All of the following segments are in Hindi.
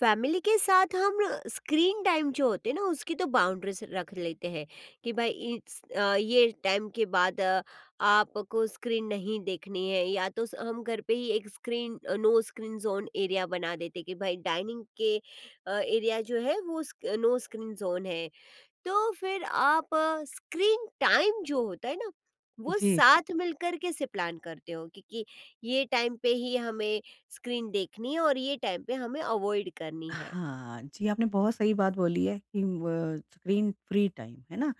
फैमिली के साथ हम स्क्रीन टाइम जो होते हैं ना उसकी तो बाउंड्रीज रख लेते हैं कि भाई ये टाइम के बाद आपको स्क्रीन नहीं देखनी है या तो हम घर पे ही नो स्क्रीन जोन एरिया बना देते कि भाई डाइनिंग के एरिया जो है वो नो स्क्रीन जोन है। तो फिर आप स्क्रीन टाइम जो होता है ना वो जी। साथ मिलकर कैसे प्लान करते हो, क्योंकि ये टाइम पे ही हमें स्क्रीन देखनी है और ये टाइम पे हमें अवॉइड करनी है। हाँ, जी आपने बहुत सही बात बोली है कि व स्क्रीन फ्री टाइम, है ना?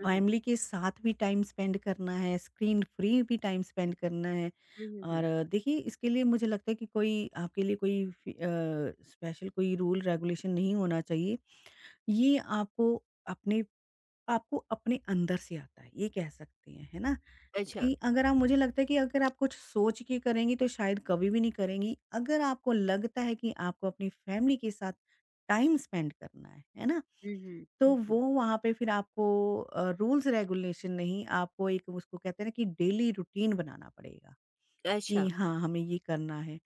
हम्म। फैमिली के साथ भी टाइम स्पेंड करना है, स्क्रीन फ्री भी टाइम स्पेंड करना है। हम्म। और हम्म। देखिए, इसके लिए मुझे लगता है कि कोई आपके लिए कोई स्पेशल कोई रूल रेगुलेशन नहीं होना चाहिए। ये अपने आपको अपने अंदर से आता है, ये कह सकते हैं, है ना? अच्छा। कि अगर आप मुझे लगता है कि अगर आप कुछ सोच के करेंगी तो शायद कभी भी नहीं करेंगी। अगर आपको लगता है कि आपको अपनी फैमिली के साथ टाइम स्पेंड करना है ना? हम्म। तो हम्म। वो वहाँ पे फिर आपको रूल्स रेगुलेशन नहीं, आपको एक उसको कहते हैं ना कि डेली रूटीन बनाना पड़ेगा कि अच्छा। हाँ, हमें ये करना है।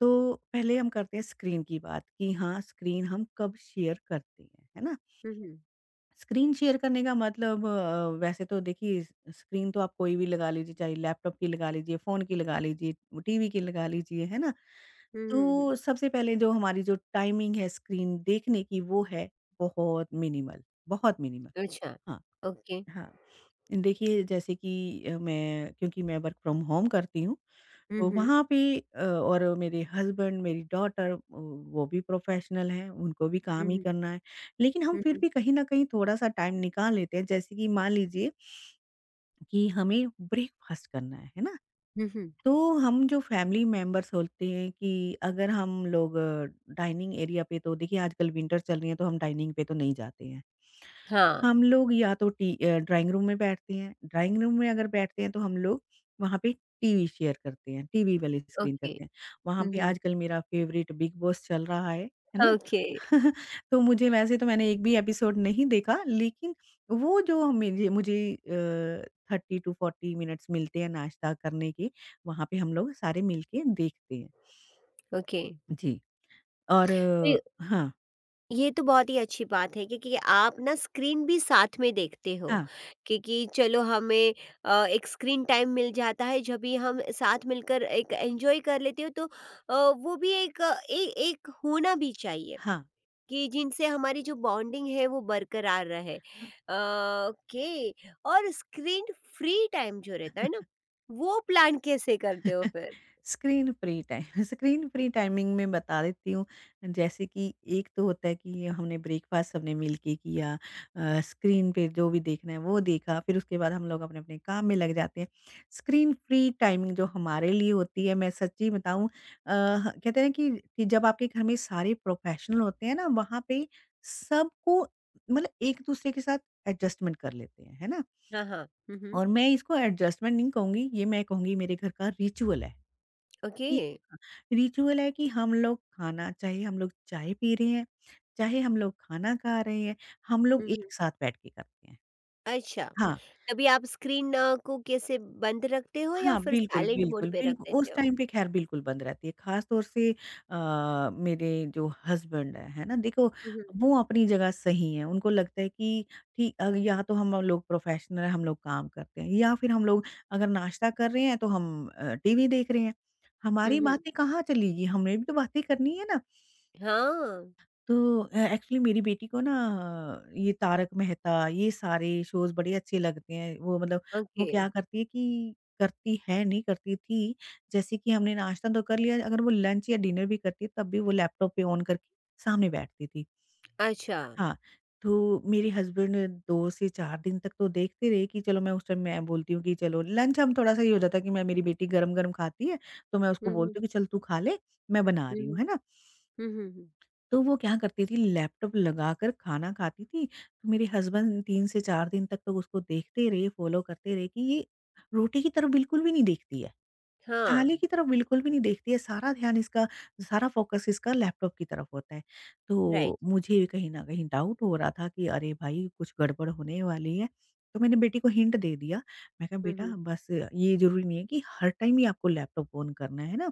तो पहले हम करते हैं स्क्रीन की बात कि हाँ, स्क्रीन हम कब शेयर करते हैं, है ना? हम्म। स्क्रीन शेयर करने का मतलब वैसे तो देखिए, स्क्रीन तो आप कोई भी लगा लीजिए, चाहे लैपटॉप की लगा लीजिए, फ़ोन की लगा लीजिए, टीवी की लगा लीजिए, है ना? हम्म। तो सबसे पहले जो हमारी जो टाइमिंग है स्क्रीन देखने की, वो है बहुत मिनिमल, बहुत मिनिमल। अच्छा। हाँ, ओके। हाँ। देखिए जैसे कि मैं क्योंकि मैं वर्क फ्रॉम होम करती हूँ, तो हम्म। वहाँ पे और मेरे हस्बैंड, मेरी डॉटर वो भी प्रोफ़ेशनल हैं, उनको भी काम ही हम्म। करना है। लेकिन हम फिर हम्म। भी कहीं न कहीं थोड़ा-सा टाइम निकाल लेते हैं, जैसे कि मान लीजिए कि हमें ब्रेकफ़ास्ट करना है ना? हम्म। तो हम जो फैमिली मेंबर्स होते हैं कि अगर हम लोग डाइनिंग एरिया पे, तो देखिए आजकल विंटर चल रही है, तो हम डाइनिंग पे तो नहीं जाते हैं। हाँ। हम लोग या तो ड्राइंग रूम में बैठते हैं, ड्राइंग रूम में अगर बैठते हैं तो हम लोग वहाँ पे टीवी शेयर करते हैं, टीवी वाली स्क्रीन ओके। करते हैं। वहाँ पे हम्म। आजकल मेरा फ़ेवरेट बिग बॉस चल रहा है ना? ओके। तो मुझे वैसे तो, मैंने एक भी एपिसोड नहीं देखा, लेकिन वो जो मुझे मुझे 30 टू 40 मिनट्स मिलते हैं नाश्ता करने के, वहाँ पे हम लोग सारे मिलके देखते हैं। ओके। जी। और हाँ, ये तो बहुत ही अच्छी बात है, क्योंकि आप ना स्क्रीन भी साथ में देखते हो, हाँ, क्योंकि चलो हमें एक स्क्रीन टाइम मिल जाता है जब भी हम साथ मिलकर एक एंजॉय कर लेते हो, तो वो भी एक होना भी चाहिए हाँ, कि जिनसे हमारी जो बॉन्डिंग है वो बरकरार रहे। ओके। और स्क्रीन फ्री टाइम जो रहता है ना वो प्लान कैसे करते हो हाँ। फिर? Screen free time. Screen free timing में बता देती हूँ। जैसे कि एक तो होता है कि हमने ब्रेकफास्ट सबने मिलके किया, स्क्रीन पे जो भी देखना है वो देखा, फिर उसके बाद हम लोग अपने अपने काम में लग जाते हैं। स्क्रीन फ्री टाइमिंग जो हमारे लिए होती है, मैं सच्ची बताऊँ, कहते हैं ना कि जब आपके घर में सारे प्रोफेशनल होते हैं ना, वहाँ पे सबको, मतलब एक दूसरे के साथ एडजस्टमेंट कर लेते हैं, है ना? हाँ। हाँ। हम्म। हम्म। और मैं इसको एडजस्टमेंट नहीं कहूंगी, ये मैं कहूंगी मेरे घर का रिचुअल है। ओके। रिचुअल है कि हम लोग खाना, चाहे हम लोग चाय पी रहे हैं, चाहे हम लोग खाना खा रहे हैं, हम लोग हम्म। हम्म। एक साथ बैठ के करते हैं। अच्छा। हाँ, तभी आप स्क्रीन को कैसे बंद रखते हो या हाँ, फिर बिल्कुल, साइलेंट मोड बिल्कुल, पे रख बिल्कुल, देते उस हो? टाइम पे ख़ैर बिल्कुल बंद रहती है। ख़ास तौर से मेरे जो हस्बैंड हैं, है ना? देखो, हुँ। हुँ। वो अपनी जगह सही हैं, उनको लगता है कि या तो हम लोग प्रोफ़ेशनल हैं, हम लोग काम करते हैं, या फिर हम लोग अगर नाश्ता कर रहे हैं, तो हम टीवी देख रहे हैं। हुँ। हमारी हुँ। बातें कहाँ चलेगी? हमने भी तो बातें करनी है ना। हाँ। तो एक्चुअली मेरी बेटी को ना ये तारक मेहता, ये सारे शोज़ बड़े अच्छे लगते हैं। वो मतलब, वो ओके। क्या करती है कि, करती है नहीं, करती थी। जैसे कि हमने नाश्ता तो कर लिया, अगर वो लंच या डिनर भी करती, तब भी वो लैपटॉप पे ऑन करके सामने बैठती थी। अच्छा। हाँ। तो मेरे हस्बैंड 2 से 4 दिन तक तो देखते रहे कि चलो, मैं उस टाइम मैं बोलती हूँ कि चलो लंच, हम थोड़ा-सा ये हो जाता है कि मैं, मेरी बेटी गरम-गरम खाती है, तो मैं उसको हुँ। हुँ। बोलती हूँ कि चल तू खा ले, मैं बना हुँ। रही हूँ, हुँ। है ना? हुँ। हुँ। हुँ। तो वो क्या करती थी, लैपटॉप लगाकर खाना खाती थी। तो मेरे हस्बैंड 3 से 4 दिन तक तो उसको देखते रहे, फ़ॉलो करते रहे कि ये रोटी की तरफ बिल्कुल भी नहीं देखती है। हाँ। थाली की तरफ बिल्कुल भी नहीं देखती है, सारा ध्यान इसका, सारा फ़ोकस इसका लैपटॉप की तरफ होता है। राइट। तो मुझे भी कहीं न कहीं डाउट हो रहा था कि अरे भाई, कुछ गड़बड़ होने वाली है। तो मैंने बेटी को हिंट दे दिया। मैं कहा, हुँ। बेटा, हुँ। बस ये ज़रूरी नहीं है कि हर टाइम ही आपको लैपटॉप ऑन करना है ना।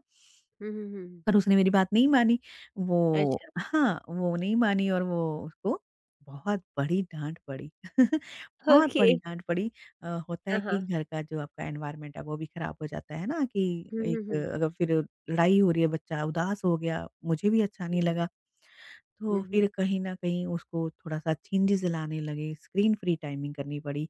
हुँ। हुँ। हुँ। हुँ। पर उसने मेरी बात नहीं मानी। वो, अच्छा। हाँ, वो नहीं मानी, और वो, उसको बहुत बड़ी डाँट पड़ी। बहुत ओके। बड़ी डाँट पड़ी। होता हाँ। है कि हाँ। घर का जो आपका एनवायरनमेंट है, वो भी खराब हो जाता है ना कि हुँ। हुँ। एक हुँ। अगर फिर लड़ाई हो रही है, बच्चा उदास हो गया, मुझे भी अच्छा नहीं हुँ। लगा। तो हुँ। हुँ। फिर कहीं न कहीं उसको थोड़ा-सा चेंजेज़ लाने लगे, स्क्रीन फ्री टाइमिंग करनी पड़ी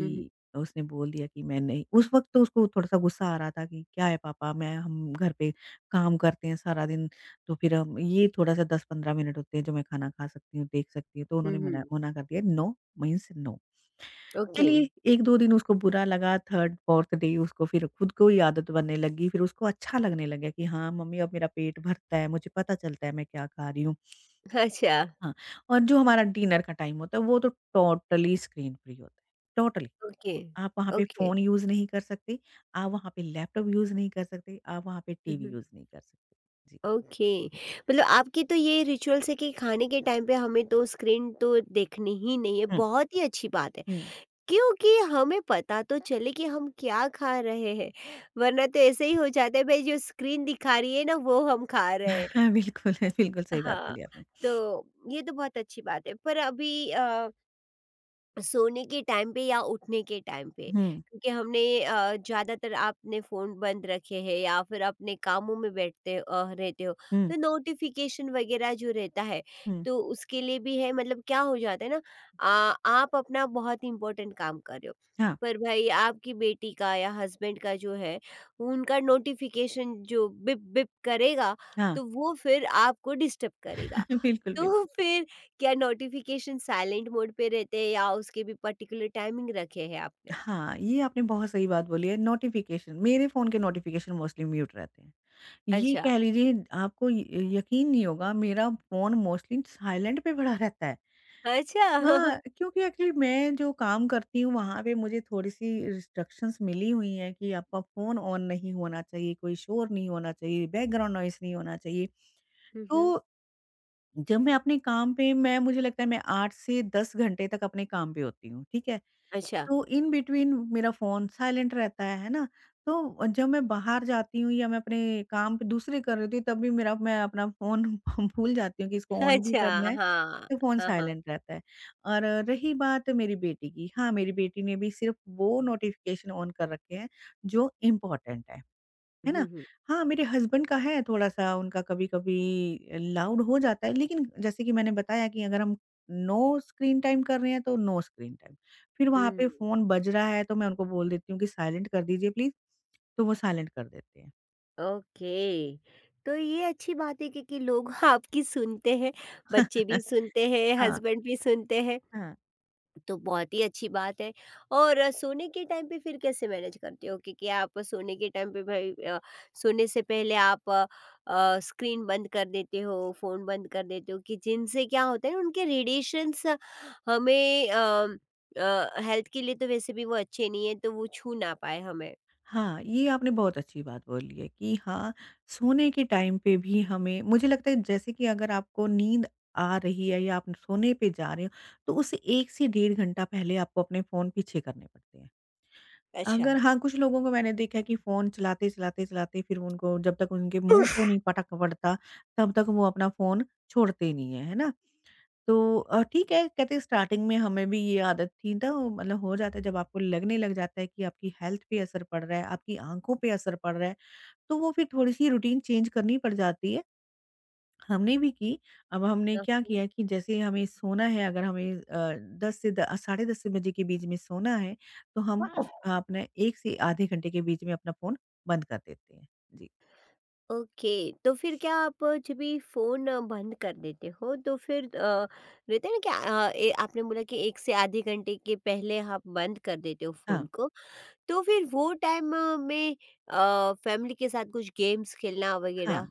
हुँ। हुँ। उसने बोल दिया कि मैं नहीं, उस वक़्त तो उसको थोड़ा-सा गुस्सा आ रहा था कि क्या है पापा, मैं, हम घर पे काम करते हैं सारा दिन, तो फिर हम ये थोड़ा-सा 10-15 मिनट होते हैं जो मैं खाना खा सकती हूँ, देख सकती हूँ, तो हुँ। उन्होंने मना हुँ। मना कर दिया, नो मीन्स नो। ओके। चलिए, 1-2 दिन उसको बुरा लगा, 3rd-4th डे उसको फिर खुद को ही आदत बनने लगी, फिर उसको अच्छा लगने लगा कि हाँ, मम्मी, अब मेरा पेट भरता है, मुझे पता चलता है मैं क्या खा रही हूँ। अच्छा। हाँ। और जो हमारा डिनर का टाइम होता है, वो तो टोटली स्क्रीन फ्री होता है, टोटली। ओके। आप वहाँ पे ओके। फ़ोन यूज़ नहीं कर सकते, आप वहाँ पे लैपटॉप यूज़ नहीं कर सकते, आप वहाँ पे हुँ। टीवी हुँ। यूज़ नहीं कर सकते। जी। ओके। मतलब आपकी तो ये रिचुअल्स है कि खाने के टाइम पे हमें तो स्क्रीन तो देखनी ही नहीं है, हुँ, बहुत ही अच्छी बात है। हुँ। क्योंकि हमें पता तो चले कि हम क्या खा रहे हैं, वरना तो ऐसे ही हो जाता है भाई जो स्क्रीन दिखा रही है ना वो हम खा रहे हैं। हाँ, बिल्कुल, बिल्कुल सही बात हाँ। बोली आपने। तो ये तो बहुत अच्छी बात है, पर अभी सोने के टाइम पे या उठने के टाइम पे हुँ, क्योंकि हमने ज़्यादातर आपने फ़ोन बंद रखे हैं या फिर अपने कामों में रहते हो हुँ, तो नोटिफिकेशन वगैरह जो रहता है हुँ। तो उसके लिए भी है। मतलब क्या हो जाता है ना आप अपना बहुत इम्पोर्टेंट काम कर रहे हो, हाँ, पर भाई आपकी बेटी का या हस्बैंड का जो है उनका नोटिफिकेशन जो बिप बिप करेगा हाँ। तो वो फिर आपको डिस्टर्ब करेगा। बिल्कुल, तो बिल्कुल। फिर क्या नोटिफिकेशन साइलेंट मोड पे रहते हैं या उसके भी पर्टिकुलर टाइमिंग रखे हैं आपने? हाँ, ये आपने बहुत सही बात बोली है। नोटिफ़िकेशन मेरे फ़ोन के नोटिफ़िकेशन मोस्टली म्यूट रहते हैं। ये अच्छा। कह लीजिए, आपको य यकीन नहीं होगा, मेरा फ़ोन मोस्टली साइलेंट पे पड़ा रहता है। अच्छा। हाँ, क्योंकि एक्चुअली मैं जो काम करती हूँ, वहाँ पे मुझे थोड़ी-सी रिस्ट्रिक्शंस मिली हुई हैं कि आपका फ़ोन ऑन नहीं होना चाहिए, कोई शोर नहीं होना चाहिए, बैकग्राउंड नॉइज़ नहीं होना चाहिए। हुँ। हुँ। तो जब मैं अपने काम पे, मैं, मुझे लगता है मैं 8 से 10 घंटे तक अपने काम पे होती हूँ, ठीक है? अच्छा। तो इन बिटवीन मेरा फ़ोन साइलेंट रहता है ना? तो जब मैं बाहर जाती हूँ या मैं अपने काम पे दूसरे कर रही होती हूँ, तब भी मेरा, मैं अपना फ़ोन भूल जाती हूँ कि इसको ऑन भी अच्छा। करना है, हाँ। तो फ़ोन हाँ। हाँ। साइलेंट रहता है। और रही बात मेरी बेटी की, हाँ, मेरी बेटी ने भी सिर्फ़ वो नोटिफ़िकेशन ऑन कर रखे हैं जो इम्पोर्टेंट है। है ना? हुँ। हुँ। हाँ, मेरे हस्बैंड का है थोड़ा-सा, उनका कभी-कभी लाउड हो जाता है, लेकिन जैसे कि मैंने बताया कि अगर हम नो स्क्रीन टाइम कर रहे हैं, तो नो स्क्रीन टाइम। फिर वहाँ हुँ। पे फ़ोन बज रहा है, तो मैं उनको बोल देती हूँ कि साइलेंट कर दीजिए प्लीज़, तो वो साइलेंट कर देते हैं। ओके। तो ये अच्छी बात है, क्योंकि लोग आपकी सुनते हैं, बच्चे भी सुनते हैं, हाँ, हस्बैंड भी सुनते हैं। हाँ। तो बहुत ही अच्छी बात है। और सोने के टाइम पे फिर कैसे मैनेज करते हो? क्योंकि आप सोने के टाइम पे भाई सोने से पहले आप स्क्रीन बंद कर देते हो, फ़ोन बंद कर देते हो कि जिनसे क्या होता है उनके रेडिएशंस हमें हेल्थ के लिए तो वैसे भी वो अच्छे नहीं है, तो वो छू ना पाए हमें। हाँ, ये आपने बहुत अच्छी बात बोली है कि हाँ, सोने के टाइम पे भी हमें, मुझे लगता है जैसे कि अगर आपको नींद आ रही है या आप सोने पे जा रहे हो, तो उससे 1 से 1.5 घंटा पहले आपको अपने फ़ोन पीछे करने पड़ते हैं। अच्छा। अगर, हाँ, कुछ लोगों को मैंने देखा है कि फ़ोन चलाते, चलाते, चलाते, फिर उनको जब तक उनके मुँह पे नहीं पटक पड़ता, तब तक वो अपना फ़ोन छोड़ते नहीं है, है ना? तो ठीक है, कहते हैं स्टार्टिंग में हमें भी ये आदत थी, तो मतलब हो जाता है जब आपको लगने लग जाता है कि आपकी हेल्थ पे असर पड़ रहा है, आपकी आँखों पे असर पड़ रहा है, तो वो फिर थोड़ी-सी रूटीन चेंज करनी पड़ जाती है। हमने भी की। अब हमने क्या किया कि जैसे हमें सोना है, अगर हमें 10 से द साढ़े 10 बजे के बीच में सोना है, तो हम ओके। अपने 1 से आधे घंटे के बीच में अपना फ़ोन बंद कर देते हैं। जी। ओके। तो फिर क्या आप जब भी फोन बंद कर देते हो, तो फिर रहते हैं ना कि आपने बोला कि एक से आधे घंटे के पहले आप बंद कर देते हो हाँ, फोन को, तो फिर वो टाइम में फैमिली के साथ कुछ गेम्स खेलना हाँ। वगैरह?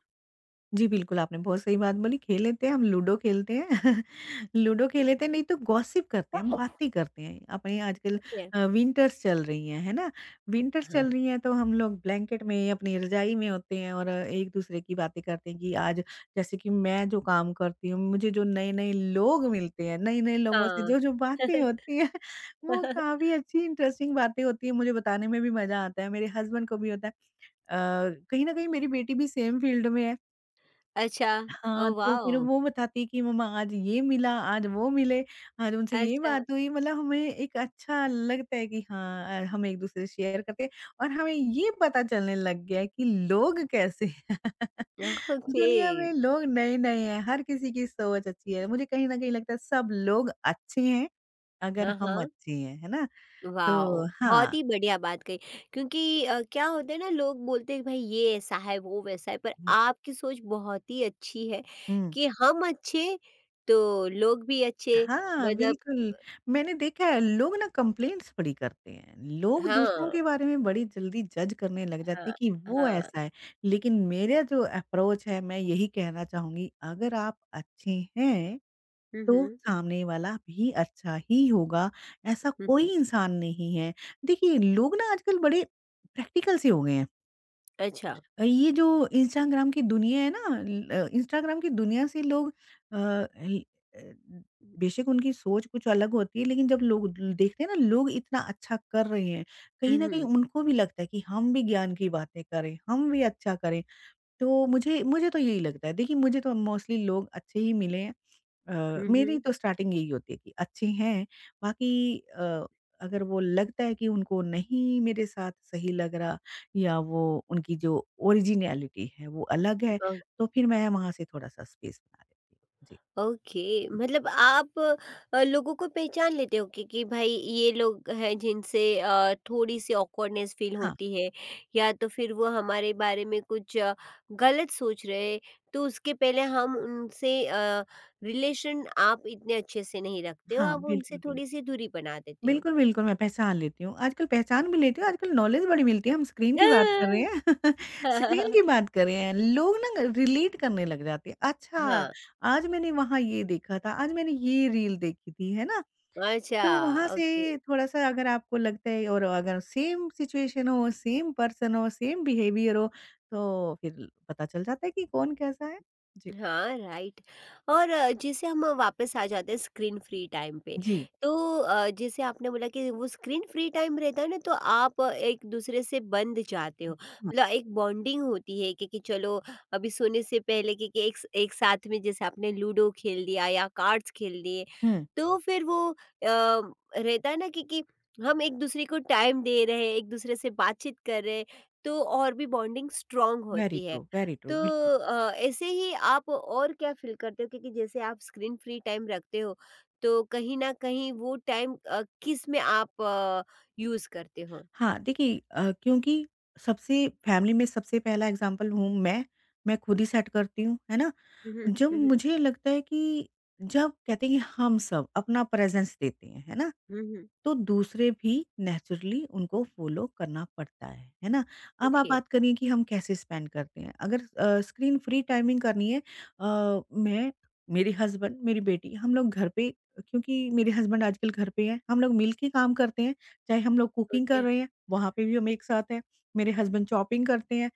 जी, बिल्कुल, आपने बहुत सही बात बोली, खेल लेते हैं, हम लूडो खेलते हैं। लूडो खेल लेते हैं, नहीं तो गॉसिप करते हैं, हम बातें करते हैं। अपने आजकल Yeah. विंटर्स चल रही हैं, है ना? विंटर्स हाँ। चल रही हैं, तो हम लोग ब्लैंकेट में, अपनी रज़ाई में होते हैं और एक-दूसरे की बातें करते हैं कि आज जैसे कि मैं जो काम करती हूँ, मुझे जो नए-नए लोग मिलते हैं, नए-नए लोगों से हाँ। जो-जो बातें होती हैं, वो काफ़ी अच्छी इंटरेस्टिंग बातें होती हैं, मुझे बताने में भी मज़ा आता है, मेरे हस्बैंड को भी होता है। अ, कहीं न कहीं मेरी बेटी भी सेम फ़ील्ड में है। अच्छा। ओ हाँ, तो वाह। फिर वो बताती कि मम्मा आज ये मिला, आज वो मिले, आज उनसे ये अच्छा। बात हुई, मतलब हमें एक अच्छा लगता है कि हाँ हम एक-दूसरे से शेयर करते हैं और हमें ये पता चलने लग गया है कि लोग कैसे हैं। ओके। दुनिया में लोग नए-नए हैं, हर किसी की सोच अच्छी है। मुझे कहीं न कहीं लगता है सब लोग अच्छे हैं, अगर हाँ। हम हाँ। अच्छे हैं, है ना? वाओ! तो बहुत हाँ। ही बढ़िया बात कही। क्योंकि क्या होता है ना, लोग बोलते हैं भाई ये ऐसा है, वो वैसा है, पर हुँ, आपकी सोच बहुत ही अच्छी है हुँ। कि हम अच्छे तो लोग भी अच्छे। हाँ, मतलब। बिल्कुल। मैंने देखा है लोग ना कंप्लेंट्स बड़ी करते हैं। लोग दूसरों हाँ। के बारे में बड़ी जल्दी जज करने लग जाते हैं हाँ। कि वो हाँ। ऐसा है। लेकिन मेरा जो अप्रोच है मैं यही कहना चाहूँगी अगर आप अच्छे हैं, हुँ। तो हुँ। सामने वाला भी अच्छा ही होगा। ऐसा हुँ। कोई हुँ। इंसान नहीं है। देखिए लोग ना आजकल बड़े प्रैक्टिकल से हो गए हैं। अच्छा। ये जो इंस्टाग्राम की दुनिया है ना इंस्टाग्राम की दुनिया से लोग अ, ल अ, बेशक उनकी सोच कुछ अलग होती है, लेकिन जब लोग ल देखते हैं ना लोग इतना अच्छा कर रहे हैं, हुँ। कहीं न कहीं हुँ। उनको भी लगता है कि हम भी ज्ञान की बातें करें, हम भी अच्छा करें। तो मुझे मुझे तो यही लगता है। देखिए मुझे तो मोस्टली लोग अच्छे ही मिले हैं। हुँ। मेरी हुँ। तो स्टार्टिंग यही होती है कि अच्छे हैं, बाकी अ, अगर वो लगता है कि उनको नहीं मेरे साथ सही लग रहा या वो उनकी जो ओरिजिनैलिटी है वो अलग है, तो फिर मैं वहाँ से थोड़ा-सा स्पेस बना लेती हूँ। जी। ओके। मतलब आप लोगों को पहचान लेते हो कि भाई ये लोग हैं जिनसे थोड़ी सी ऑकवर्डनेस फील हाँ, होती है, या तो फिर वो हमारे बारे में कुछ गलत सोच रहे तो उसके पहले हम उनसे रिलेशन आप इतने अच्छे से नहीं रखते हो, हाँ, आप बिल्कुल, उनसे बिल्कुल। थोड़ी सी दूरी बना देते हो। बिल्कुल, बिल्कुल, मैं पहचान लेती हूँ। आजकल पहचान भी लेती हूँ, आजकल नॉलेज बड़ी मिलती है, हम स्क्रीन की बात कर रहे हैं हाँ। स्क्रीन की बात कर रहे हैं, लोग ना रिलेट करने लग जाते हैं। अच्छा, हाँ। आज मैंने वहाँ ये देखा था, आज मैंने ये रील देखी थी, है ना? अच्छा। तो वहाँ ओके। से थोड़ा-सा अगर आपको लगता है और अगर सेम सिचुएशन हो, सेम पर्सन हो, सेम बिहेवियर हो, तो फिर पता चल जाता है कि कौन कैसा है। जी। हाँ। राइट। और जैसे हम वापस आ जाते हैं स्क्रीन फ्री टाइम पे, जी। तो जैसे आपने बोला कि वो स्क्रीन फ्री टाइम रहता है ना तो आप एक दूसरे से बंध जाते हो। हाँ। मतलब एक बॉन्डिंग होती है कि चलो अभी सोने से पहले कि एक साथ में जैसे आपने लूडो खेल लिया या कार्ड्स खेल लिए, हुँ। तो फिर वो रहता है ना कि हम एक दूसरे को टाइम दे रहे हैं, एक दूसरे से बातचीत कर रहे हैं, तो और भी बॉन्डिंग स्ट्रॉन्ग होती है। वेरी ट्रू, तो बिल्कुल। ऐसे ही आप और क्या फ़ील करते हो, क्योंकि जैसे आप स्क्रीन फ्री टाइम रखते हो तो कहीं न कहीं वो टाइम किस में आप यूज़ करते हो? हाँ, देखिए क्योंकि सबसे फैमिली में सबसे पहला एग्ज़ाम्पल हूँ मैं खुद ही सेट करती हूँ, है ना? हुँ। हुँ। जब हुँ। हुँ। मुझे लगता है कि जब कहते हैं कि हम सब अपना प्रेज़ेंस देते हैं, है ना? हुँ। हुँ। तो दूसरे भी नेचुरली उनको फॉलो करना पड़ता है ना? अब आप ओके। बात करिए कि हम कैसे स्पेंड करते हैं। अगर स्क्रीन फ्री टाइमिंग करनी है मैं, मेरे हस्बैंड, मेरी बेटी हम लोग घर पे क्योंकि मेरे हस्बैंड आजकल घर पे हैं, हम लोग मिल के काम करते हैं, चाहे हम लोग कुकिंग ओके। कर रहे हैं, वहाँ पे भी हम एक साथ हैं। मेरे हस्बैंड शॉपिंग करते हैं,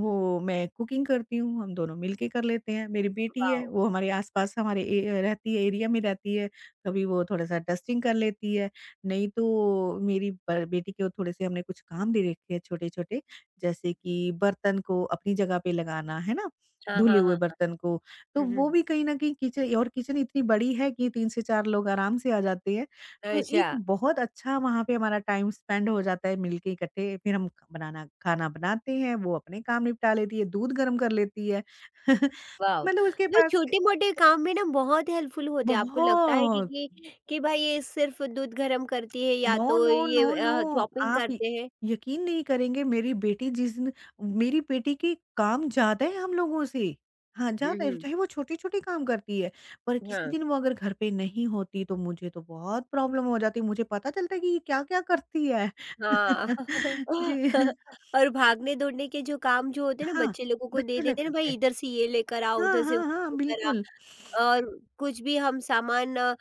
वो मैं कुकिंग करती हूँ, हम दोनों मिल के कर लेते हैं। मेरी बेटी है, वाओ! वो हमारे आस-पास हमारे एरिया में रहती है, कभी वो थोड़ा-सा डस्टिंग कर लेती है। नहीं तो मेरी ब बेटी को थोड़े से हमने कुछ काम दे रखे हैं छोटे-छोटे, जैसे कि बर्तन को अपनी जगह पे लगाना, है ना? हाँ। धुले हाँ। हुए हाँ। बर्तन को, तो हुँ। वो हुँ। भी कहीं न कहीं किचन और किचन इतनी बड़ी है कि 3 से 4 लोग आराम से आ जाते हैं। हाँ। तो एक अच्छा। बहुत अच्छा वहाँ पे हमारा टाइम स्पेंड हो जाता है मिलके इकट्ठे, फिर हम ख- बनाना खाना बनाते हैं, वो अपने काम निपटा लेती है, दूध गर्म कर लेती है। वाओ! मतलब उसके मतलब पास छोटे-मोटे काम में ना बहुत हेल्पफुल होते हैं। आपको लगता है कि बहुत कि कि भाई ये सिर्फ़ दूध गरम करती है या नो, तो नो, ये नो, नो, चॉपिंग आप य करते हैं? यकीन नहीं करेंगे मेरी बेटी जिस दिन मेरी बेटी की काम ज़्यादा है हम लोगों से। हाँ, हुँ। ज़्यादा है हुँ। चाहे वो छोटे-छोटे काम करती है, पर किसी हाँ। दिन वो अगर घर पे नहीं होती तो मुझे तो बहुत प्रॉब्लम हो जाती, मुझे पता चलता है कि ये क्या-क्या करती है। हाँ। जी, और भागने-दौड़ने के जो काम जो होते हैं ना हाँ, बच्चे लोगों को दे बच्चे लोग देते हैं ना, करते भाई हैं। इधर से ये लेकर आ, हाँ, उधर से हाँ, वो हाँ, लेकर आ। बिल्कुल। और कुछ भी हम सामान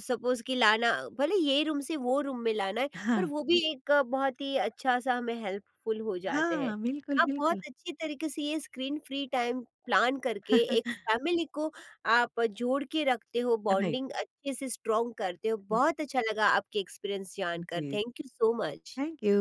सपोज़ कि लाना, भले ये रूम से वो रूम में लाना है, पर हाँ, वो भी जी। बहुत ही अच्छा-सा हमें हेल्पफुल हो जाते हैं। हाँ, बिल्कुल, आप बहुत बिल्कुल। अच्छी तरीके से ये स्क्रीन फ्री टाइम प्लान करके एक फैमिली को आप जोड़ के रखते हो, राइट, बॉन्डिंग अच्छे से स्ट्रॉन्ग करते हो। जी, बहुत अच्छा लगा आपके एक्सपीरियंस जानकर। जी, thank you so much. Thank you.